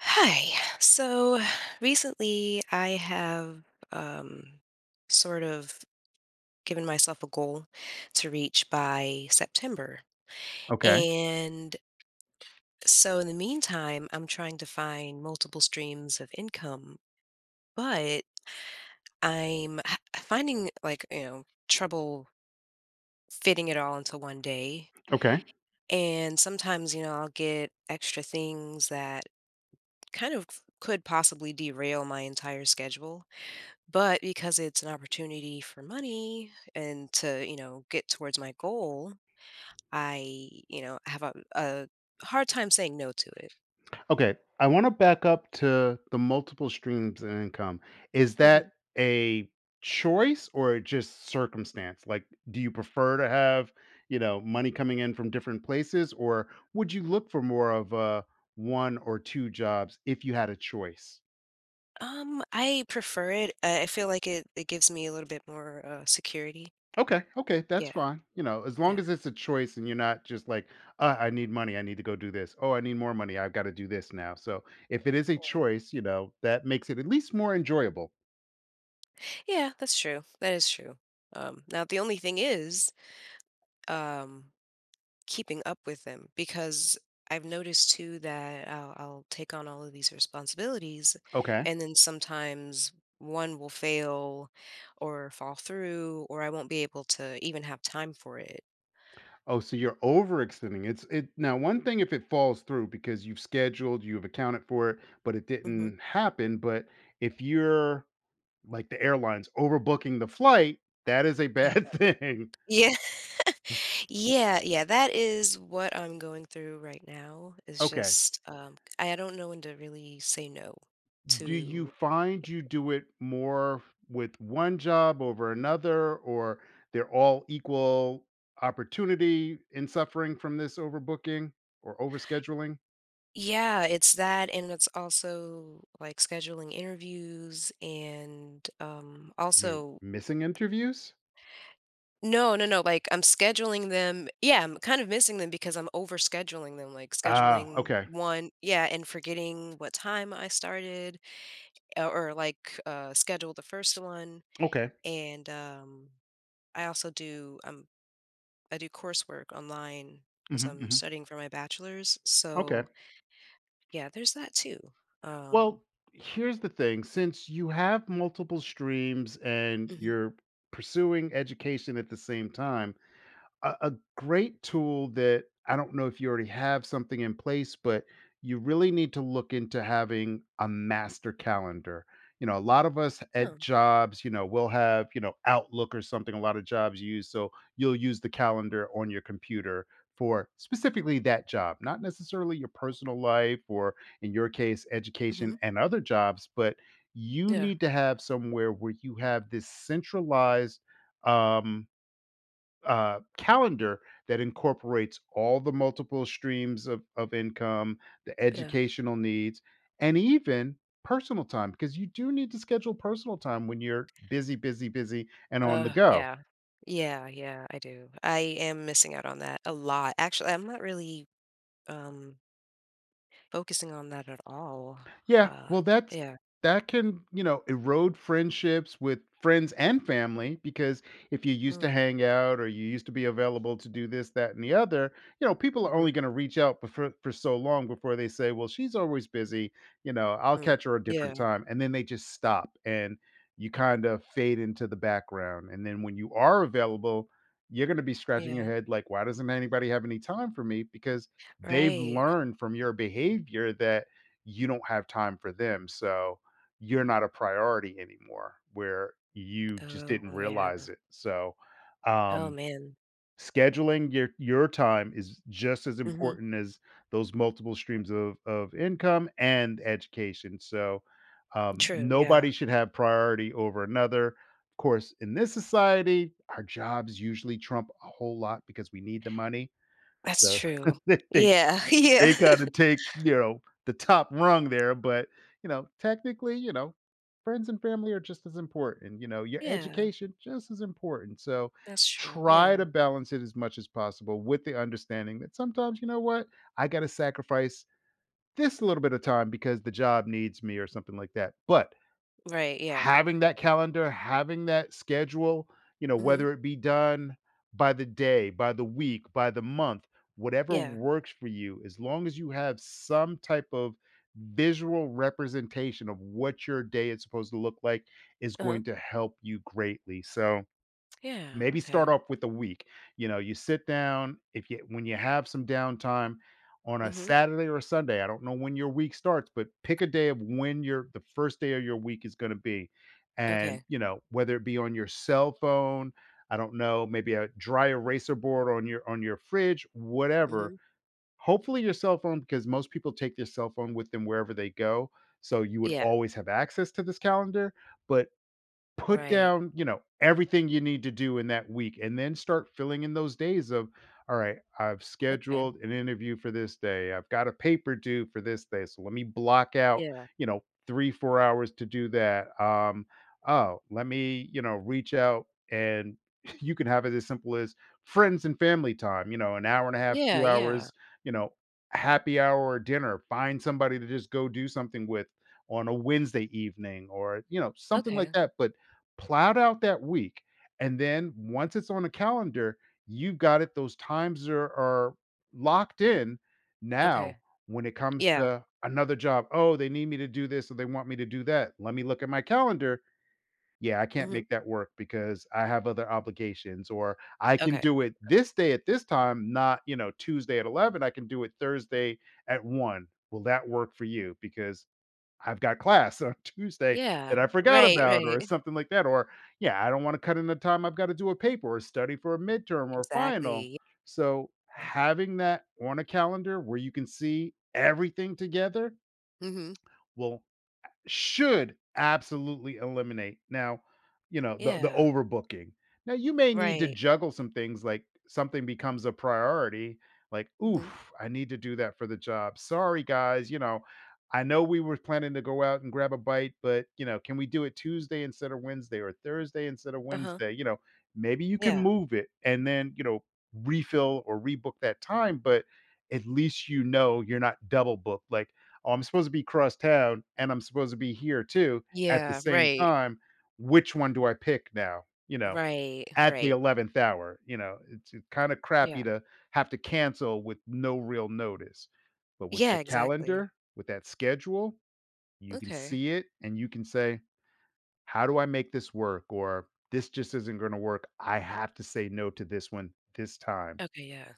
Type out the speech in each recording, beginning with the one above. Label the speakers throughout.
Speaker 1: Hi. So recently I have um, sort of given myself a goal to reach by September.
Speaker 2: Okay,
Speaker 1: And so in the meantime, I'm trying to find multiple streams of income, but I'm finding like, trouble fitting it all into one day.
Speaker 2: okay,
Speaker 1: And sometimes, I'll get extra things that kind of could possibly derail my entire schedule. But because it's an opportunity for money and to, get towards my goal, I have a hard time saying no to it.
Speaker 2: okay. I wanna back up to the multiple streams of income. Is that
Speaker 1: Hmm.
Speaker 2: a choice or just circumstance? Like, do you prefer to have, you know, money coming in from different places, or would you look for more of a 1 or 2 jobs if you had a choice?
Speaker 1: I prefer it. I feel like it gives me a little bit more security.
Speaker 2: Okay, okay, that's
Speaker 1: Yeah,
Speaker 2: fine. You know, as long
Speaker 1: yeah,
Speaker 2: as it's a choice and you're not just like, I need money, I need to go do this. Oh, I need more money, I've gotta do this now." So, if it is a
Speaker 1: right.
Speaker 2: choice, you know, that makes it at least more enjoyable.
Speaker 1: Yeah. That's true. That is true. Now the only thing is, um, keeping up with them because I've noticed too that I'll take on all of these responsibilities,
Speaker 2: Okay.
Speaker 1: and then sometimes one will fail or fall through, or I won't be able to even have time for it.
Speaker 2: Oh, so you're overextending. It's it now one thing if it falls through because you've scheduled, you've accounted for it, but it
Speaker 1: Hmm.
Speaker 2: didn't happen. But if you're like the airlines overbooking the flight, that is a
Speaker 1: Yeah.
Speaker 2: bad thing.
Speaker 1: Yeah. Yeah. Yeah. That is what I'm going through right now. Is
Speaker 2: Okay.
Speaker 1: just, I don't know when to really say no
Speaker 2: Do you
Speaker 1: to.
Speaker 2: find you do it more with one job over another, or they're all equal opportunity in suffering from this overbooking or overscheduling?
Speaker 1: Yeah, it's that, and it's also, like, scheduling interviews and,
Speaker 2: You're
Speaker 1: also.
Speaker 2: missing interviews?
Speaker 1: No, no, no, like, I'm scheduling them. Yeah, I'm kind of missing them because I'm overscheduling them, like,
Speaker 2: Ah,
Speaker 1: scheduling
Speaker 2: okay.
Speaker 1: one. Yeah, and forgetting what time I started, or, like, schedule the first one,
Speaker 2: Okay.
Speaker 1: and, I also do, I do coursework online because 'cause
Speaker 2: hmm
Speaker 1: I'm
Speaker 2: hmm
Speaker 1: studying for my bachelor's,
Speaker 2: Okay.
Speaker 1: so, yeah, there's that too, um
Speaker 2: Well, here's the thing, since you have multiple streams and
Speaker 1: mhm.
Speaker 2: you're pursuing education at the same time, a great tool that I don't know if you already have something in place, but you really need to look into having a master calendar. You know, a lot of us
Speaker 1: Oh,
Speaker 2: at jobs, you know, we'll have, you know, Outlook or something a lot of jobs use. So you'll use the calendar on your computer for specifically that job, not necessarily your personal life or, in your case,
Speaker 1: mhm.
Speaker 2: education and other jobs, but you
Speaker 1: Yeah,
Speaker 2: need to have somewhere where you have this centralized um calendar that incorporates all the multiple streams of income, the
Speaker 1: yeah.
Speaker 2: educational needs, and even personal time, because you do need to schedule personal time when you're busy, busy, busy, and on the go.
Speaker 1: Yeah. Yeah, yeah, I do. I am missing out on that a lot. Actually, I'm not really, um, focusing on that at all.
Speaker 2: Yeah,
Speaker 1: Uh,
Speaker 2: well, that's
Speaker 1: yeah.
Speaker 2: that can, you know, erode friendships with friends and family because if you used to
Speaker 1: Mm,
Speaker 2: hang out or you used to be available to do this, that, and the other, you know, people are
Speaker 1: mhm,
Speaker 2: only going to reach out for so long before they say, well, she's always busy. You know, I'll
Speaker 1: mm.
Speaker 2: catch her a
Speaker 1: Yeah,
Speaker 2: different time. And then they just stop and you kind of fade into the background. And then when you are available, you're going to be scratching your
Speaker 1: yeah.
Speaker 2: head like, why doesn't anybody have any time for me? Because they've
Speaker 1: Right.
Speaker 2: learned from your behavior that you don't have time for them. So you're not a priority anymore where you just
Speaker 1: Oh,
Speaker 2: didn't
Speaker 1: yeah.
Speaker 2: realize it. So,
Speaker 1: Oh,
Speaker 2: um,
Speaker 1: man.
Speaker 2: scheduling your time is just as
Speaker 1: Mhm.
Speaker 2: important as those multiple streams of income and education. So,
Speaker 1: True, yeah.
Speaker 2: nobody should have priority over another. Of course, in this society, our jobs usually trump a whole lot because we need the money.
Speaker 1: That's
Speaker 2: So
Speaker 1: true.
Speaker 2: they,
Speaker 1: Yeah, yeah.
Speaker 2: they gotta take, you know, the top rung there, but, you know, technically, you know, friends and family are just as important, you know, your
Speaker 1: Yeah,
Speaker 2: education just as important, so
Speaker 1: that's true.
Speaker 2: try to
Speaker 1: Yeah.
Speaker 2: balance it as much as possible with the understanding that sometimes, you know what? I gotta sacrifice this little bit of time because the job needs me or something like that. But
Speaker 1: Right, yeah.
Speaker 2: having that calendar, having that schedule, you know,
Speaker 1: Mhm.
Speaker 2: whether it be done by the day, by the week, by the month, whatever
Speaker 1: Yeah.
Speaker 2: works for you, as long as you have some type of visual representation of what your day is supposed to look like, is
Speaker 1: Uh-huh.
Speaker 2: going to help you greatly. So,
Speaker 1: Yeah,
Speaker 2: maybe start
Speaker 1: okay.
Speaker 2: off with a week. You know, you sit down if you when you have some downtime on a
Speaker 1: Mhm.
Speaker 2: Saturday or a Sunday. I don't know when your week starts, but pick a day of when your the first day of your week is going to be. And,
Speaker 1: Okay.
Speaker 2: you know, whether it be on your cell phone, I don't know, maybe a dry eraser board on your fridge, whatever.
Speaker 1: Mhm.
Speaker 2: Hopefully your cell phone, because most people take their cell phone with them wherever they go. So you would
Speaker 1: Yeah,
Speaker 2: always have access to this calendar, but put
Speaker 1: right.
Speaker 2: down, you know, everything you need to do in that week and then start filling in those days of, all right, I've
Speaker 1: Okay.
Speaker 2: scheduled an interview for this day. I've got a paper due for this day. So let me block out,
Speaker 1: Yeah.
Speaker 2: you know, 3, 4 hours to do that. Oh, let me, you know, reach out and you can have it as simple as friends and family time, you know, an hour and a half,
Speaker 1: Yeah,
Speaker 2: two
Speaker 1: yeah.
Speaker 2: hours, you know, happy hour or dinner. Find somebody to just go do something with on a Wednesday evening or, you know, something like
Speaker 1: Okay,
Speaker 2: that. But plowed out that week, and then once it's on a calendar, you've got it. Those times are locked in. Now,
Speaker 1: okay.
Speaker 2: when it comes
Speaker 1: Yeah.
Speaker 2: to another job, oh, they need me to do this or they want me to do that. Let me look at my calendar. Yeah, I can't
Speaker 1: Mhm.
Speaker 2: make that work because I have other obligations, or I can
Speaker 1: Okay.
Speaker 2: do it this day at this time, not you know Tuesday at 11. I can do it Thursday at one. Will that work for you? Because I've got class on Tuesday
Speaker 1: Yeah.
Speaker 2: that I forgot
Speaker 1: Right,
Speaker 2: about or
Speaker 1: right.
Speaker 2: something like that, or, yeah, I don't wanna cut in the time I've gotta do a paper or study for a midterm or final.
Speaker 1: Exactly,
Speaker 2: So,
Speaker 1: yeah.
Speaker 2: having that on a calendar where you can see everything together
Speaker 1: Mhm.
Speaker 2: will should absolutely eliminate. Now, you know, the
Speaker 1: Yeah.
Speaker 2: overbooking. Now you may need to
Speaker 1: Right.
Speaker 2: juggle some things like something becomes a priority, like,
Speaker 1: Mhm.
Speaker 2: oof, I need to do that for the job. Sorry guys, you know, I know we were planning to go out and grab a bite, but you know, can we do it Tuesday instead of Wednesday or Thursday instead of
Speaker 1: Uh-huh.
Speaker 2: Wednesday? You know, maybe you can
Speaker 1: Yeah.
Speaker 2: move it and then, you know, refill or rebook that time, but at least you know you're not double booked. Like, oh, I'm supposed to be crosstown and I'm supposed to be here too at the
Speaker 1: Yeah,
Speaker 2: same
Speaker 1: right.
Speaker 2: time. Which one do I pick now? You know,
Speaker 1: Right,
Speaker 2: at the
Speaker 1: right.
Speaker 2: 11th hour, you know, it's kind of crappy
Speaker 1: Yeah.
Speaker 2: to have to cancel with no real notice. But with
Speaker 1: Yeah,
Speaker 2: that
Speaker 1: exactly.
Speaker 2: calendar, with that schedule, you can
Speaker 1: Okay.
Speaker 2: see it and you can say, how do I make this work? Or this just isn't going to work. I have to say no to this one this time.
Speaker 1: Okay, yeah.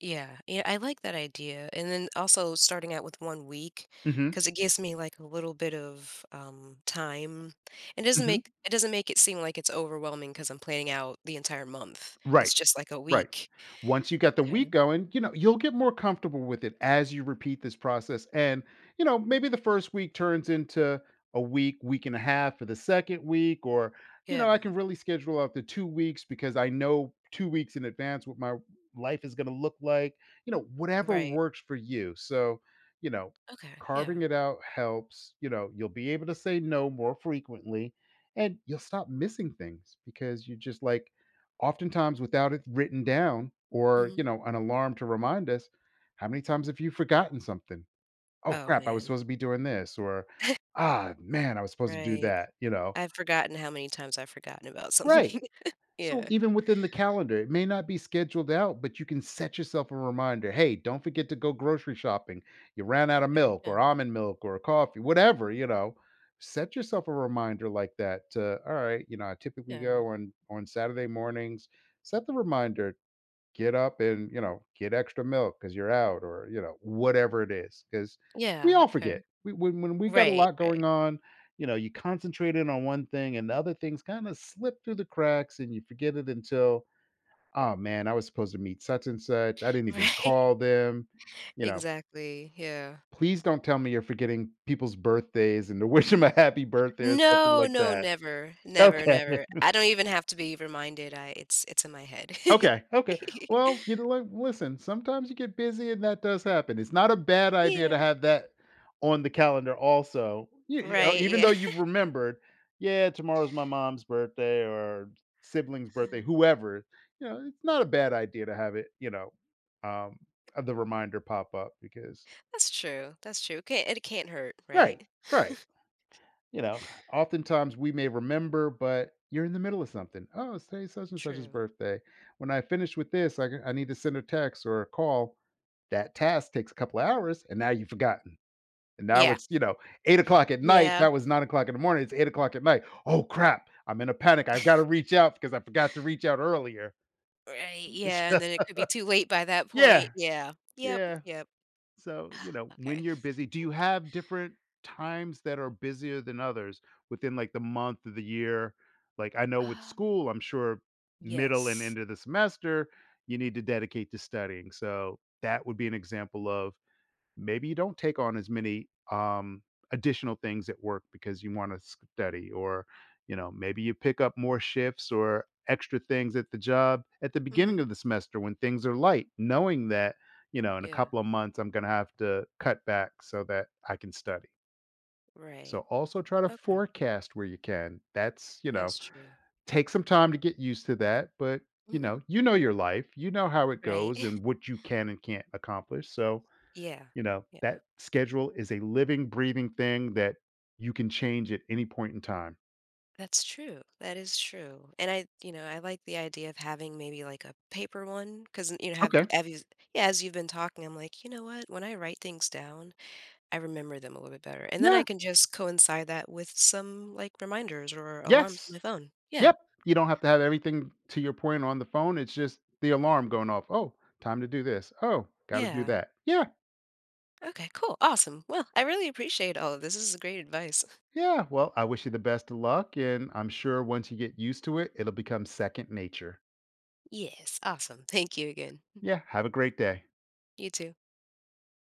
Speaker 1: Yeah, yeah, I like that idea, and then also starting out with one week,
Speaker 2: hmm
Speaker 1: because it gives me, like, a little bit of, time.
Speaker 2: hmm
Speaker 1: It doesn't make it seem like it's overwhelming because 'cause I'm planning out the entire month.
Speaker 2: Right.
Speaker 1: It's just like a
Speaker 2: Right.
Speaker 1: week.
Speaker 2: Once you got the
Speaker 1: Okay.
Speaker 2: week going, you know, you'll get more comfortable with it as you repeat this process. And, you know, maybe the first week turns into a week, week and a half for the second week, or, you know,
Speaker 1: Yeah,
Speaker 2: I can really schedule out the 2 weeks because I know 2 weeks in advance what my life is going to look like, you know, whatever
Speaker 1: right.
Speaker 2: works for you. So, you know,
Speaker 1: Okay,
Speaker 2: carving
Speaker 1: yeah.
Speaker 2: it out helps. You know, you'll be able to say no more frequently and you'll stop missing things because you just like, oftentimes without it written down or
Speaker 1: Mhm.
Speaker 2: you know an alarm to remind us how many times have you forgotten something. Oh,
Speaker 1: Oh,
Speaker 2: crap, I was
Speaker 1: man.
Speaker 2: supposed to be doing this, or, ah, man, I was supposed to do
Speaker 1: Right.
Speaker 2: that, you know,
Speaker 1: I've forgotten how many times I've forgotten about something.
Speaker 2: right. So
Speaker 1: Yeah.
Speaker 2: even within the calendar it may not be scheduled out, but you can set yourself a reminder. Hey, don't forget to go grocery shopping. You ran out of
Speaker 1: Okay,
Speaker 2: milk
Speaker 1: yeah,
Speaker 2: or almond milk or coffee, whatever, you know. Set yourself a reminder like that to, all right, you know, I typically
Speaker 1: yeah.
Speaker 2: go on Saturday mornings. Set the reminder, get up and, you know, get extra milk because you're out, or, you know, whatever it is. Because we
Speaker 1: Yeah,
Speaker 2: all
Speaker 1: okay.
Speaker 2: forget. We, when we got a
Speaker 1: Right,
Speaker 2: lot
Speaker 1: right,
Speaker 2: going on, you know, you concentrate in on one thing and the other things kind of slip through the cracks and you forget it until, oh man, I was supposed to meet such and such. I didn't even
Speaker 1: right.
Speaker 2: call them. You know,
Speaker 1: Exactly, yeah.
Speaker 2: please don't tell me you're forgetting people's birthdays and to wish them a happy birthday or something
Speaker 1: No,
Speaker 2: like
Speaker 1: no,
Speaker 2: that.
Speaker 1: never, never,
Speaker 2: Okay.
Speaker 1: never. I don't even have to be reminded, I it's in my head.
Speaker 2: Okay, okay. Well, you know, li listen, sometimes you get busy and that does happen. It's not a bad idea to
Speaker 1: Yeah.
Speaker 2: have that on the calendar also. You know,
Speaker 1: Right,
Speaker 2: even
Speaker 1: yeah.
Speaker 2: though you've remembered, "Yeah, tomorrow's my mom's birthday or sibling's birthday," whoever, you know, it's not a bad idea to have it, you know, um, the reminder pop up because
Speaker 1: That's true, that's true. Can't hurt,
Speaker 2: right,
Speaker 1: right?
Speaker 2: right. You know, oftentimes we may remember, but you're in the middle of something. Oh, it's today such and such's
Speaker 1: True.
Speaker 2: birthday. When I finish with this, I need to send a text or a call. That task takes a couple of hours, and now you've forgotten. And now
Speaker 1: Yeah.
Speaker 2: it's you know 8 o'clock at night.
Speaker 1: Yeah.
Speaker 2: That was 9 o'clock in the morning. It's 8 o'clock at night. Oh, crap! I'm in a panic. I've got to reach out because I forgot to reach out earlier.
Speaker 1: Right, yeah, and then it could be too late by that point.
Speaker 2: Yeah,
Speaker 1: Yeah. Yep,
Speaker 2: yeah.
Speaker 1: yep.
Speaker 2: So, you know, when
Speaker 1: Okay.
Speaker 2: you're busy, do you have different times that are busier than others within like the month of the year? Like I know with
Speaker 1: Um,
Speaker 2: school, I'm sure middle and
Speaker 1: yes.
Speaker 2: end of the semester, you need to dedicate to studying. So that would be an example of maybe you don't take on as many, additional things at work because you want to study, or you know maybe you pick up more shifts or extra things at the job at the beginning
Speaker 1: Mhm.
Speaker 2: of the semester when things are light, knowing that, you know, in a
Speaker 1: Yeah,
Speaker 2: couple of months I'm going to have to cut back so that I can study. So
Speaker 1: right.
Speaker 2: also try to
Speaker 1: Okay,
Speaker 2: forecast where you can. That's, you know,
Speaker 1: that's true.
Speaker 2: take some time to get used to that, but you
Speaker 1: Mhm.
Speaker 2: know, you know your life, you know how it
Speaker 1: Right.
Speaker 2: goes and what you can and can't accomplish. So,
Speaker 1: Yeah.
Speaker 2: you know, that schedule is a living, breathing thing that you can change at any point in time.
Speaker 1: That's true. That is true. And I like the idea of having maybe like a paper one because, have,
Speaker 2: Okay.
Speaker 1: have you, yeah, as you've been talking, I'm like, you know what? When I write things down, I remember them a little bit better. And then I
Speaker 2: Yeah.
Speaker 1: can just coincide that with some like reminders or alarms on my
Speaker 2: Yes.
Speaker 1: phone. Yeah.
Speaker 2: Yep. You don't have to have everything to your point on the phone. It's just the alarm going off. Oh, time to do this. Oh, got to do
Speaker 1: Yeah.
Speaker 2: that. Yeah.
Speaker 1: Okay, cool. Awesome. Well, I really appreciate all of this. This is great advice.
Speaker 2: Yeah. Well, I wish you the best of luck. And I'm sure once you get used to it, it'll become second nature.
Speaker 1: Yes. Awesome. Thank you again.
Speaker 2: Yeah. Have a great day.
Speaker 1: You too.